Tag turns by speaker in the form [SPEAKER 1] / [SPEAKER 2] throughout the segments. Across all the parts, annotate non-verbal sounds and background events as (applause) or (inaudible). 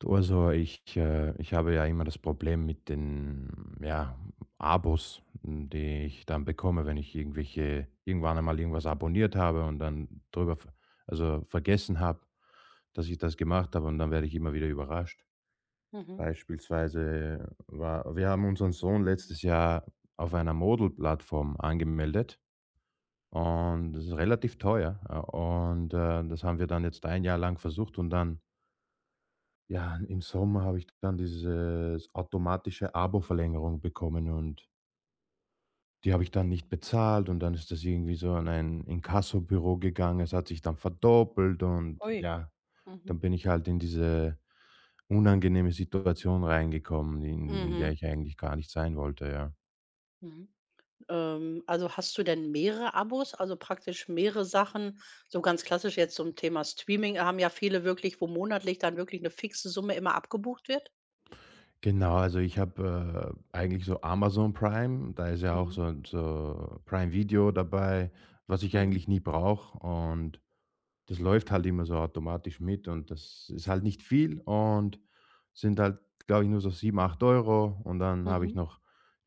[SPEAKER 1] Du, also ich habe ja immer das Problem mit den ja, Abos, die ich dann bekomme, wenn ich irgendwann einmal irgendwas abonniert habe und dann also vergessen habe, dass ich das gemacht habe, und dann werde ich immer wieder überrascht.
[SPEAKER 2] Mhm.
[SPEAKER 1] Beispielsweise wir haben unseren Sohn letztes Jahr auf einer Modelplattform angemeldet, und das ist relativ teuer. Und das haben wir dann jetzt ein Jahr lang versucht, und dann, ja, im Sommer habe ich dann diese automatische Abo-Verlängerung bekommen, und die habe ich dann nicht bezahlt, und dann ist das irgendwie so an ein Inkassobüro gegangen. Es hat sich dann verdoppelt, und
[SPEAKER 2] Ui.
[SPEAKER 1] ja,
[SPEAKER 2] Mhm.
[SPEAKER 1] dann bin ich halt in diese unangenehme Situation reingekommen, in der
[SPEAKER 2] Mhm.
[SPEAKER 1] ich eigentlich gar nicht sein wollte, ja.
[SPEAKER 2] Mhm. Also, hast du denn mehrere Abos, also, praktisch mehrere Sachen? So ganz klassisch jetzt zum Thema Streaming haben ja viele wirklich, wo monatlich dann wirklich eine fixe Summe immer abgebucht wird?
[SPEAKER 1] Genau, also ich habe eigentlich so Amazon Prime, da ist ja auch
[SPEAKER 2] Mhm.
[SPEAKER 1] so Prime Video dabei, was ich
[SPEAKER 2] Mhm.
[SPEAKER 1] eigentlich nie brauche, und das läuft halt immer so automatisch mit, und das ist halt nicht viel, und sind halt, glaube ich, nur so 7, 8 Euro, und dann habe ich
[SPEAKER 2] Mhm.
[SPEAKER 1] noch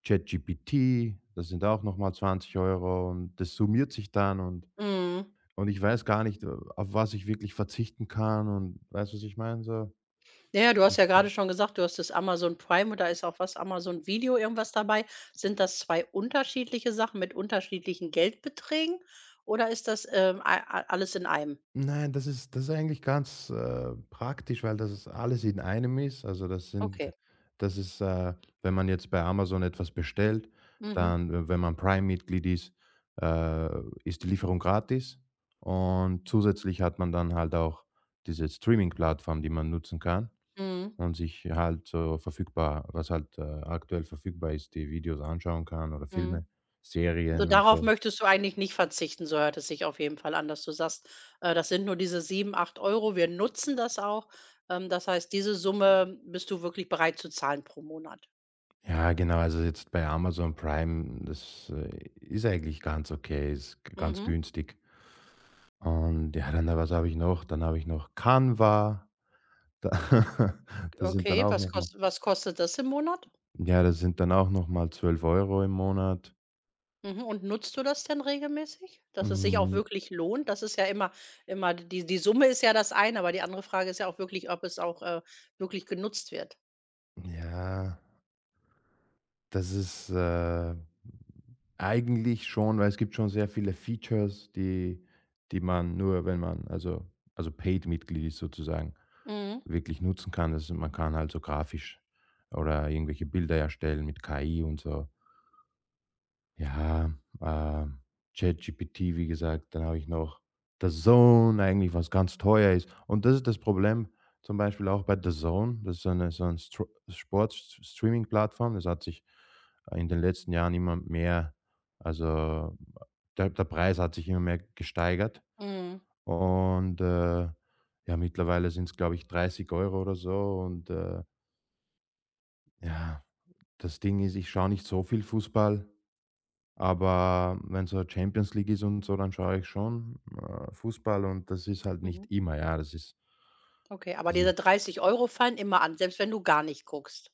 [SPEAKER 1] ChatGPT, das sind auch nochmal 20 Euro, und das summiert sich dann, und,
[SPEAKER 2] Mhm.
[SPEAKER 1] und ich weiß gar nicht, auf was ich wirklich verzichten kann, und weißt du, was ich meine? So.
[SPEAKER 2] Ja, ja, du hast ja gerade schon gesagt, du hast das Amazon Prime und da ist auch was Amazon Video irgendwas dabei. Sind das 2 unterschiedliche Sachen mit unterschiedlichen Geldbeträgen oder ist das, a a alles in einem?
[SPEAKER 1] Nein, das ist eigentlich ganz, praktisch, weil das ist alles in einem ist. Also, das sind
[SPEAKER 2] Okay.
[SPEAKER 1] das ist, wenn man jetzt bei Amazon etwas bestellt,
[SPEAKER 2] Mhm.
[SPEAKER 1] dann, w wenn man Prime-Mitglied ist, äh, ist die Lieferung gratis, und zusätzlich hat man dann halt auch diese Streaming-Plattform, die man nutzen kann,
[SPEAKER 2] Mhm.
[SPEAKER 1] und sich halt so verfügbar was halt, aktuell verfügbar ist, die Videos anschauen kann, oder
[SPEAKER 2] Mhm.
[SPEAKER 1] Filme,
[SPEAKER 2] Also,
[SPEAKER 1] Serien und
[SPEAKER 2] darauf
[SPEAKER 1] so.
[SPEAKER 2] möchtest du eigentlich nicht verzichten, so hört es sich auf jeden Fall an, dass du sagst, das sind nur diese 7, 8 Euro. Wir nutzen das auch. Das heißt, diese Summe bist du wirklich bereit zu zahlen pro Monat.
[SPEAKER 1] Ja, genau. Also jetzt bei Amazon Prime, das, ist eigentlich ganz okay, ist g ganz
[SPEAKER 2] Mhm.
[SPEAKER 1] günstig. Und ja, dann, was habe ich noch? Dann habe ich noch Canva. Da (laughs) das sind dann
[SPEAKER 2] Okay,
[SPEAKER 1] auch noch mal
[SPEAKER 2] was kostet das im Monat?
[SPEAKER 1] ja, das sind dann auch noch mal 12 € im Monat.
[SPEAKER 2] Mhm, und nutzt du das denn regelmäßig, dass es sich auch
[SPEAKER 1] Hm,
[SPEAKER 2] wirklich lohnt? Das ist ja immer die Summe ist ja das eine, aber die andere Frage ist ja auch wirklich, ob es auch, wirklich genutzt wird.
[SPEAKER 1] ja. Das ist, eigentlich schon, weil es gibt schon sehr viele Features, die die man nur, wenn man also Paid-Mitglied ist, sozusagen,
[SPEAKER 2] Mhm,
[SPEAKER 1] wirklich nutzen kann. Das ist, man kann halt so grafisch oder irgendwelche Bilder erstellen mit KI und so. Ja, äh, ChatGPT, wie gesagt, dann habe ich noch The Zone eigentlich, was ganz teuer ist. Und das ist das Problem, zum Beispiel auch bei The Zone, das ist so 'n Stro Sportstreaming-Plattform. Das hat sich, in den letzten Jahren immer mehr, also, der der Preis hat sich immer mehr gesteigert,
[SPEAKER 2] mhm,
[SPEAKER 1] und, ja, mittlerweile sind es, glaube ich, 30 € oder so, und, ja, das Ding ist, ich schaue nicht so viel Fußball. Aber wenn so Champions League ist und so, dann schaue ich schon, Fußball, und das ist halt nicht
[SPEAKER 2] mhm.
[SPEAKER 1] immer, ja,
[SPEAKER 2] Okay, aber
[SPEAKER 1] das
[SPEAKER 2] diese
[SPEAKER 1] ist
[SPEAKER 2] 30 € fallen immer an, selbst wenn du gar nicht guckst?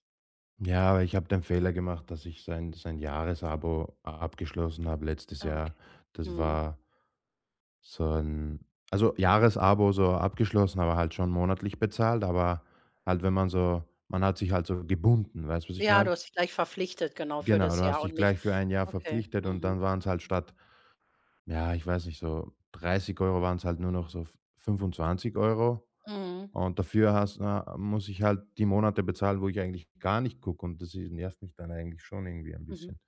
[SPEAKER 1] ja, aber ich habe den Fehler gemacht, dass ich sein Jahresabo abgeschlossen habe letztes
[SPEAKER 2] Ah,
[SPEAKER 1] Jahr.
[SPEAKER 2] okay.
[SPEAKER 1] Das
[SPEAKER 2] Mhm.
[SPEAKER 1] war so ein Jahresabo so abgeschlossen, aber halt schon monatlich bezahlt, aber halt, wenn man so man hat sich halt so gebunden, weißt du, was ich
[SPEAKER 2] Ja, du
[SPEAKER 1] meine?
[SPEAKER 2] hast dich gleich verpflichtet, genau, für
[SPEAKER 1] Genau,
[SPEAKER 2] das
[SPEAKER 1] du
[SPEAKER 2] Jahr
[SPEAKER 1] hast dich
[SPEAKER 2] und nicht
[SPEAKER 1] gleich für ein Jahr
[SPEAKER 2] okay.
[SPEAKER 1] verpflichtet, und dann
[SPEAKER 2] Mhm.
[SPEAKER 1] waren es halt statt, ja, ich weiß nicht, so 30, waren es halt nur noch so f 25 €
[SPEAKER 2] Mhm.
[SPEAKER 1] und dafür muss ich halt die Monate bezahlen, wo ich eigentlich gar nicht gucke, und das i nervt mich dann eigentlich schon irgendwie ein
[SPEAKER 2] Mhm.
[SPEAKER 1] bisschen.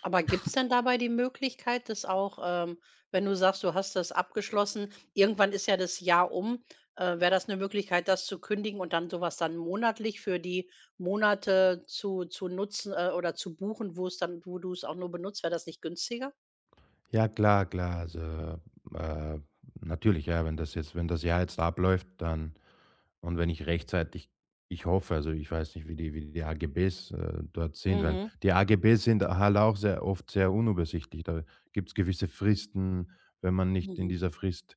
[SPEAKER 2] Aber gibt's denn dabei die Möglichkeit, dass auch, wenn du sagst, du hast das abgeschlossen, irgendwann ist ja das Jahr um, wäre das eine Möglichkeit, das zu kündigen und dann so was dann monatlich für die Monate zu nutzen, oder zu buchen, wo es dann wo du es auch nur benutzt? Wäre das nicht günstiger?
[SPEAKER 1] Ja, klar, klar. Also, äh, natürlich, ja, wenn das Jahr jetzt abläuft, dann, und wenn ich rechtzeitig ich hoffe, also, ich weiß nicht, wie die AGBs, dort sind, weil
[SPEAKER 2] Mhm.
[SPEAKER 1] die AGBs sind halt auch sehr oft sehr unübersichtlich. Da gibt's gewisse Fristen. Wenn man nicht in
[SPEAKER 2] Mhm.
[SPEAKER 1] dieser Frist,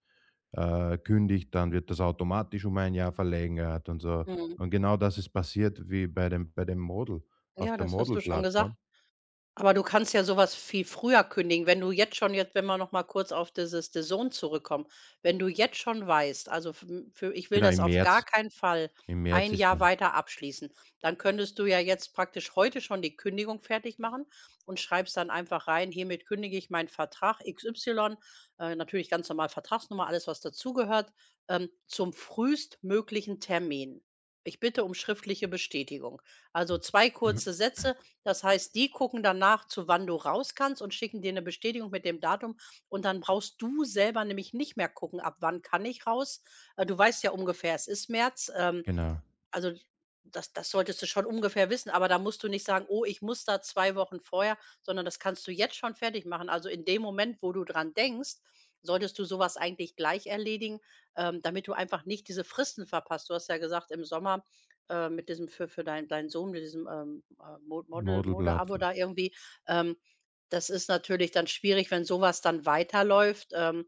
[SPEAKER 1] kündigt, dann wird das automatisch um ein Jahr verlängert und so.
[SPEAKER 2] Mhm.
[SPEAKER 1] Und genau das ist passiert, wie bei dem Model auf
[SPEAKER 2] Ja,
[SPEAKER 1] der
[SPEAKER 2] das hast du schon gesagt.
[SPEAKER 1] Model-Plattform.
[SPEAKER 2] Aber du kannst ja sowas viel früher kündigen, wenn du jetzt schon jetzt wenn wir noch mal kurz auf dieses The Zone zurückkommen. Wenn du jetzt schon weißt, also f hm, für ich will
[SPEAKER 1] Genau,
[SPEAKER 2] das auf gar keinen Fall
[SPEAKER 1] Im
[SPEAKER 2] ein
[SPEAKER 1] März ist
[SPEAKER 2] Jahr
[SPEAKER 1] dann
[SPEAKER 2] weiter abschließen, dann könntest du ja jetzt praktisch heute schon die Kündigung fertig machen und schreibst dann einfach rein: „Hiermit kündige ich meinen Vertrag XY", natürlich ganz normal Vertragsnummer, alles, was dazugehört, „zum frühestmöglichen Termin. Ich bitte um schriftliche Bestätigung." Also 2 kurze
[SPEAKER 1] (clears throat)
[SPEAKER 2] Sätze, das heißt, die gucken danach, zu wann du raus kannst und schicken dir eine Bestätigung mit dem Datum und dann brauchst du selber nämlich nicht mehr gucken, ab wann kann ich raus. Du weißt ja ungefähr, es ist März,
[SPEAKER 1] genau.
[SPEAKER 2] also, das solltest du schon ungefähr wissen, aber da musst du nicht sagen: „Oh, ich muss da 2 Wochen vorher", sondern das kannst du jetzt schon fertig machen. Also, in dem Moment, wo du dran denkst, solltest du sowas eigentlich gleich erledigen, damit du einfach nicht diese Fristen verpasst. Du hast ja gesagt, im Sommer, mit diesem für deinen Sohn, mit diesem, Mo Model Mode-Abo
[SPEAKER 1] Modelplattform.
[SPEAKER 2] da irgendwie, ähm, das ist natürlich dann schwierig, wenn sowas dann weiterläuft.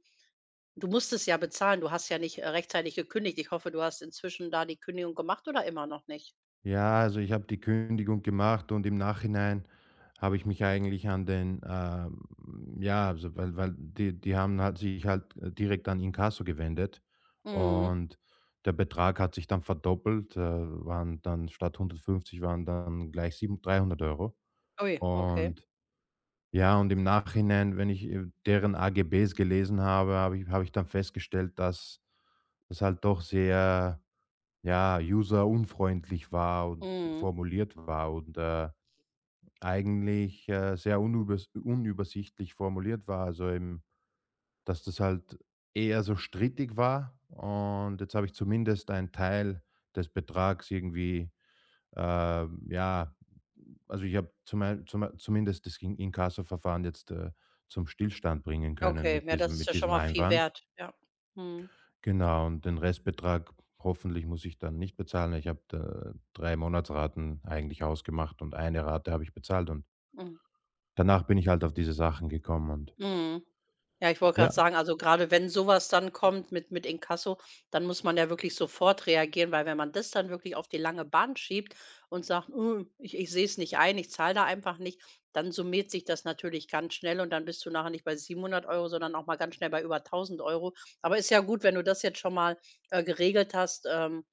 [SPEAKER 2] Du musst es ja bezahlen. Du hast ja nicht, rechtzeitig gekündigt. Ich hoffe, du hast inzwischen da die Kündigung gemacht oder immer noch nicht?
[SPEAKER 1] Ja, also ich habe die Kündigung gemacht, und im Nachhinein habe ich mich eigentlich an den, ja, also, weil die, die haben halt sich halt, direkt an Inkasso gewendet,
[SPEAKER 2] Mhm.
[SPEAKER 1] und der Betrag hat sich dann verdoppelt, waren dann statt 150, waren dann gleich 7.300 Euro.
[SPEAKER 2] Ui, okay.
[SPEAKER 1] Und ja, und im Nachhinein, wenn ich, deren AGBs gelesen habe, habe ich dann festgestellt, dass das halt doch sehr, ja, user-unfreundlich war und
[SPEAKER 2] Mhm.
[SPEAKER 1] formuliert war, und, eigentlich, sehr unübersichtlich formuliert war. Also, eben, dass das halt eher so strittig war, und jetzt habe ich zumindest einen Teil des Betrags irgendwie, ja, also, ich habe zumal zuma zumindest das In Inkassoverfahren jetzt, zum Stillstand bringen können
[SPEAKER 2] Okay,
[SPEAKER 1] mit
[SPEAKER 2] ja, das ist ja schon
[SPEAKER 1] diesem
[SPEAKER 2] mal viel
[SPEAKER 1] Einwand.
[SPEAKER 2] wert. Ja. Mhm.
[SPEAKER 1] Genau, und den Restbetrag, hoffentlich, muss ich dann nicht bezahlen. Ich habe da 3 Monatsraten eigentlich ausgemacht, und eine Rate habe ich bezahlt, und
[SPEAKER 2] Mhm.
[SPEAKER 1] danach bin ich halt auf diese Sachen gekommen, und
[SPEAKER 2] Mhm. Ja, ich wollte gerade
[SPEAKER 1] ja,
[SPEAKER 2] sagen, also, gerade wenn sowas dann kommt mit Inkasso, dann muss man ja wirklich sofort reagieren, weil wenn man das dann wirklich auf die lange Bahn schiebt und sagt: „Hm, ich sehe es nicht ein, ich zahle da einfach nicht", dann summiert sich das natürlich ganz schnell und dann bist du nachher nicht bei 700 Euro, sondern auch mal ganz schnell bei über 1.000 Euro. Aber ist ja gut, wenn du das jetzt schon mal, geregelt hast,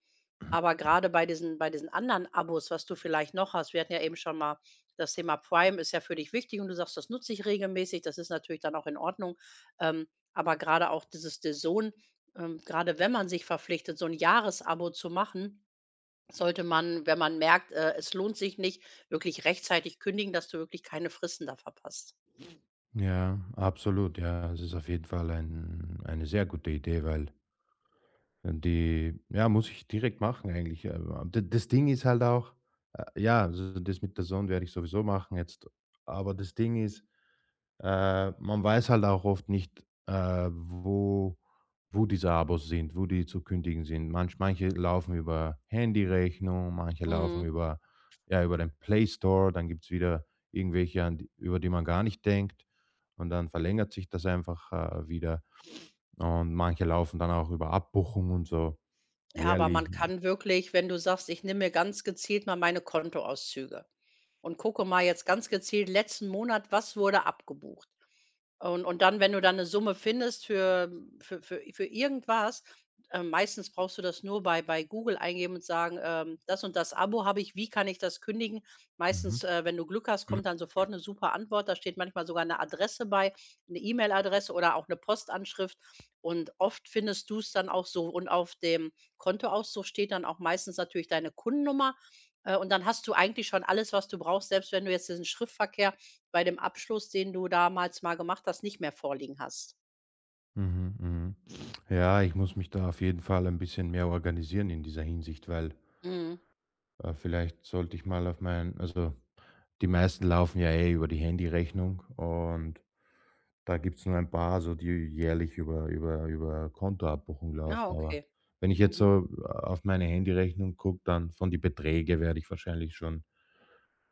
[SPEAKER 2] aber gerade bei diesen anderen Abos, was du vielleicht noch hast, wir hatten ja eben schon mal das Thema Prime, ist ja für dich wichtig und du sagst, das nutze ich regelmäßig. Das ist natürlich dann auch in Ordnung. Ähm, aber gerade auch dieses DAZN, grade wenn man sich verpflichtet, so ein Jahresabo zu machen, sollte man, wenn man merkt, es lohnt sich nicht, wirklich rechtzeitig kündigen, dass du wirklich keine Fristen da verpasst.
[SPEAKER 1] ja, absolut. Ja, es ist auf jeden Fall eine sehr gute Idee, weil die, ja, muss ich direkt machen, eigentlich. D Das Ding ist halt auch, ja, also das mit der Sonne werde ich sowieso machen jetzt, aber das Ding ist, man weiß halt auch oft nicht, wo, wo diese Abos sind, wo die zu kündigen sind. Manche laufen über Handyrechnung, manche laufen
[SPEAKER 2] Mhm.
[SPEAKER 1] über, ja, über den Play Store, dann gibt's wieder irgendwelche, an die über die man gar nicht denkt, und dann verlängert sich das einfach, wieder. Und manche laufen dann auch über Abbuchungen und so,
[SPEAKER 2] Ja, aber man
[SPEAKER 1] jährlich.
[SPEAKER 2] kann wirklich, wenn du sagst: „Ich nehme mir ganz gezielt mal meine Kontoauszüge und gucke mal jetzt ganz gezielt letzten Monat, was wurde abgebucht?" Und dann, wenn du dann eine Summe findest für irgendwas, meistens brauchst du das nur bei Google eingeben und sagen, „Das und das Abo habe ich, wie kann ich das kündigen?"
[SPEAKER 1] Mhm.
[SPEAKER 2] Meistens, wenn du Glück hast, kommt dann sofort eine super Antwort. Da steht manchmal sogar eine Adresse bei, eine E-Mail-Adresse oder auch eine Postanschrift. Und oft findest du es dann auch so. Und auf dem Kontoauszug steht dann auch meistens natürlich deine Kundennummer, und dann hast du eigentlich schon alles, was du brauchst, selbst wenn du jetzt diesen Schriftverkehr bei dem Abschluss, den du damals mal gemacht hast, nicht mehr vorliegen hast.
[SPEAKER 1] Mhm, mhm. Ja, ich muss mich da auf jeden Fall ein bisschen mehr organisieren in dieser Hinsicht, weil,
[SPEAKER 2] Mhm.
[SPEAKER 1] Vielleicht sollte ich mal auf mein, also, die meisten laufen ja eh über die Handyrechnung, und da gibt's nur ein paar, so, die jährlich über Kontoabbuchung laufen.
[SPEAKER 2] Ah,
[SPEAKER 1] Aber
[SPEAKER 2] okay.
[SPEAKER 1] wenn ich jetzt
[SPEAKER 2] Mhm.
[SPEAKER 1] so, auf meine Handyrechnung gucke, dann von die Beträge werde ich wahrscheinlich schon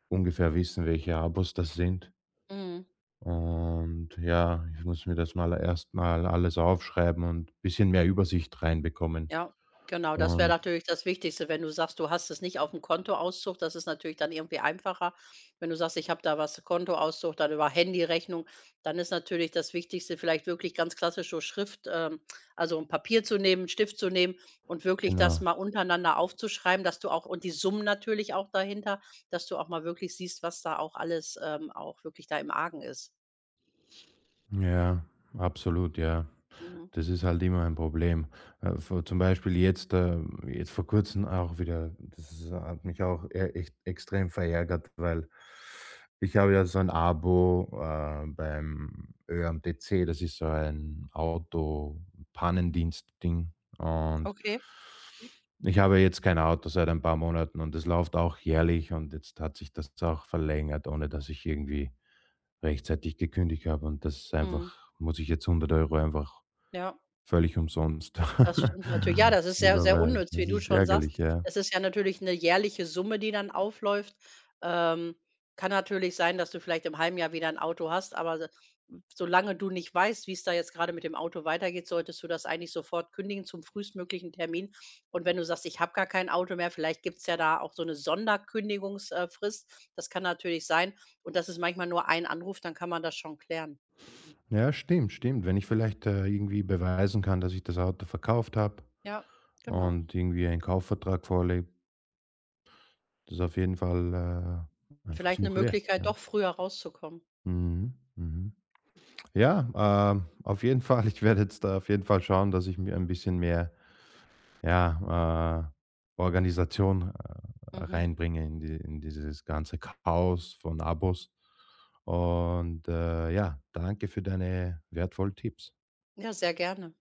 [SPEAKER 1] ungefähr wissen, welche Abos das sind.
[SPEAKER 2] Mhm.
[SPEAKER 1] Und ja, ich muss mir das mal erstmal alles aufschreiben und ein bisschen mehr Übersicht reinbekommen.
[SPEAKER 2] Ja, genau, das wäre
[SPEAKER 1] Und
[SPEAKER 2] natürlich das Wichtigste, wenn du sagst, du hast es nicht auf dem Kontoauszug, das ist natürlich dann irgendwie einfacher. Wenn du sagst: „Ich habe da was Kontoauszug, dann über Handyrechnung", dann ist natürlich das Wichtigste, vielleicht wirklich ganz klassisch so Schrift also ein Papier zu nehmen, 'n Stift zu nehmen und wirklich das
[SPEAKER 1] genau.
[SPEAKER 2] mal untereinander aufzuschreiben, dass du auch und die Summen natürlich auch dahinter, dass du auch mal wirklich siehst, was da auch alles, auch wirklich da im Argen ist.
[SPEAKER 1] Ja, absolut, ja.
[SPEAKER 2] Mhm.
[SPEAKER 1] Das ist halt immer ein Problem. Vor zum Beispiel jetzt, jetzt vor Kurzem auch wieder, das ist hat mich auch e echt extrem verärgert, weil ich habe ja so ein Abo, beim ÖMTC, das ist so ein Auto-Pannendienst-Ding, und
[SPEAKER 2] Okay.
[SPEAKER 1] ich habe jetzt kein Auto seit ein paar Monaten, und das läuft auch jährlich, und jetzt hat sich das auch verlängert, ohne dass ich irgendwie rechtzeitig gekündigt habe, und das
[SPEAKER 2] Mhm.
[SPEAKER 1] einfach muss ich jetzt 100 € einfach
[SPEAKER 2] Ja.
[SPEAKER 1] völlig umsonst
[SPEAKER 2] Das stimmt natürlich. Ja,
[SPEAKER 1] (laughs)
[SPEAKER 2] das ist sehr, sehr
[SPEAKER 1] überweisen.
[SPEAKER 2] unnütz, wie
[SPEAKER 1] Das
[SPEAKER 2] du
[SPEAKER 1] ist
[SPEAKER 2] schon sagst.
[SPEAKER 1] ärgerlich, ja.
[SPEAKER 2] Das ist ja natürlich eine jährliche Summe, die dann aufläuft. Ähm, Kann natürlich sein, dass du vielleicht im halben Jahr wieder ein Auto hast, aber s solange du nicht weißt, wie es da jetzt gerade mit dem Auto weitergeht, solltest du das eigentlich sofort kündigen zum frühestmöglichen Termin. Und wenn du sagst: „Ich habe gar kein Auto mehr", vielleicht gibt es ja da auch so eine Sonderkündigungsfrist. Das kann natürlich sein. Und das ist manchmal nur ein Anruf, dann kann man das schon klären.
[SPEAKER 1] Ja, stimmt, stimmt. Wenn ich vielleicht, irgendwie beweisen kann, dass ich das Auto verkauft habe,
[SPEAKER 2] Ja, genau.
[SPEAKER 1] und irgendwie einen Kaufvertrag vorlege, das ist auf jeden Fall, ein
[SPEAKER 2] Vielleicht eine
[SPEAKER 1] Versuch wert,
[SPEAKER 2] Möglichkeit,
[SPEAKER 1] ja.
[SPEAKER 2] doch früher rauszukommen.
[SPEAKER 1] Mhm, mhm. Ja, auf jeden (laughs) Fall. Ich werde jetzt da auf jeden Fall schauen, dass ich mir ein bisschen mehr, ja, Organisation,
[SPEAKER 2] Mhm.
[SPEAKER 1] reinbringe in dieses ganze Chaos von Abos. Und, ja, danke für deine wertvollen Tipps.
[SPEAKER 2] Ja, sehr gerne.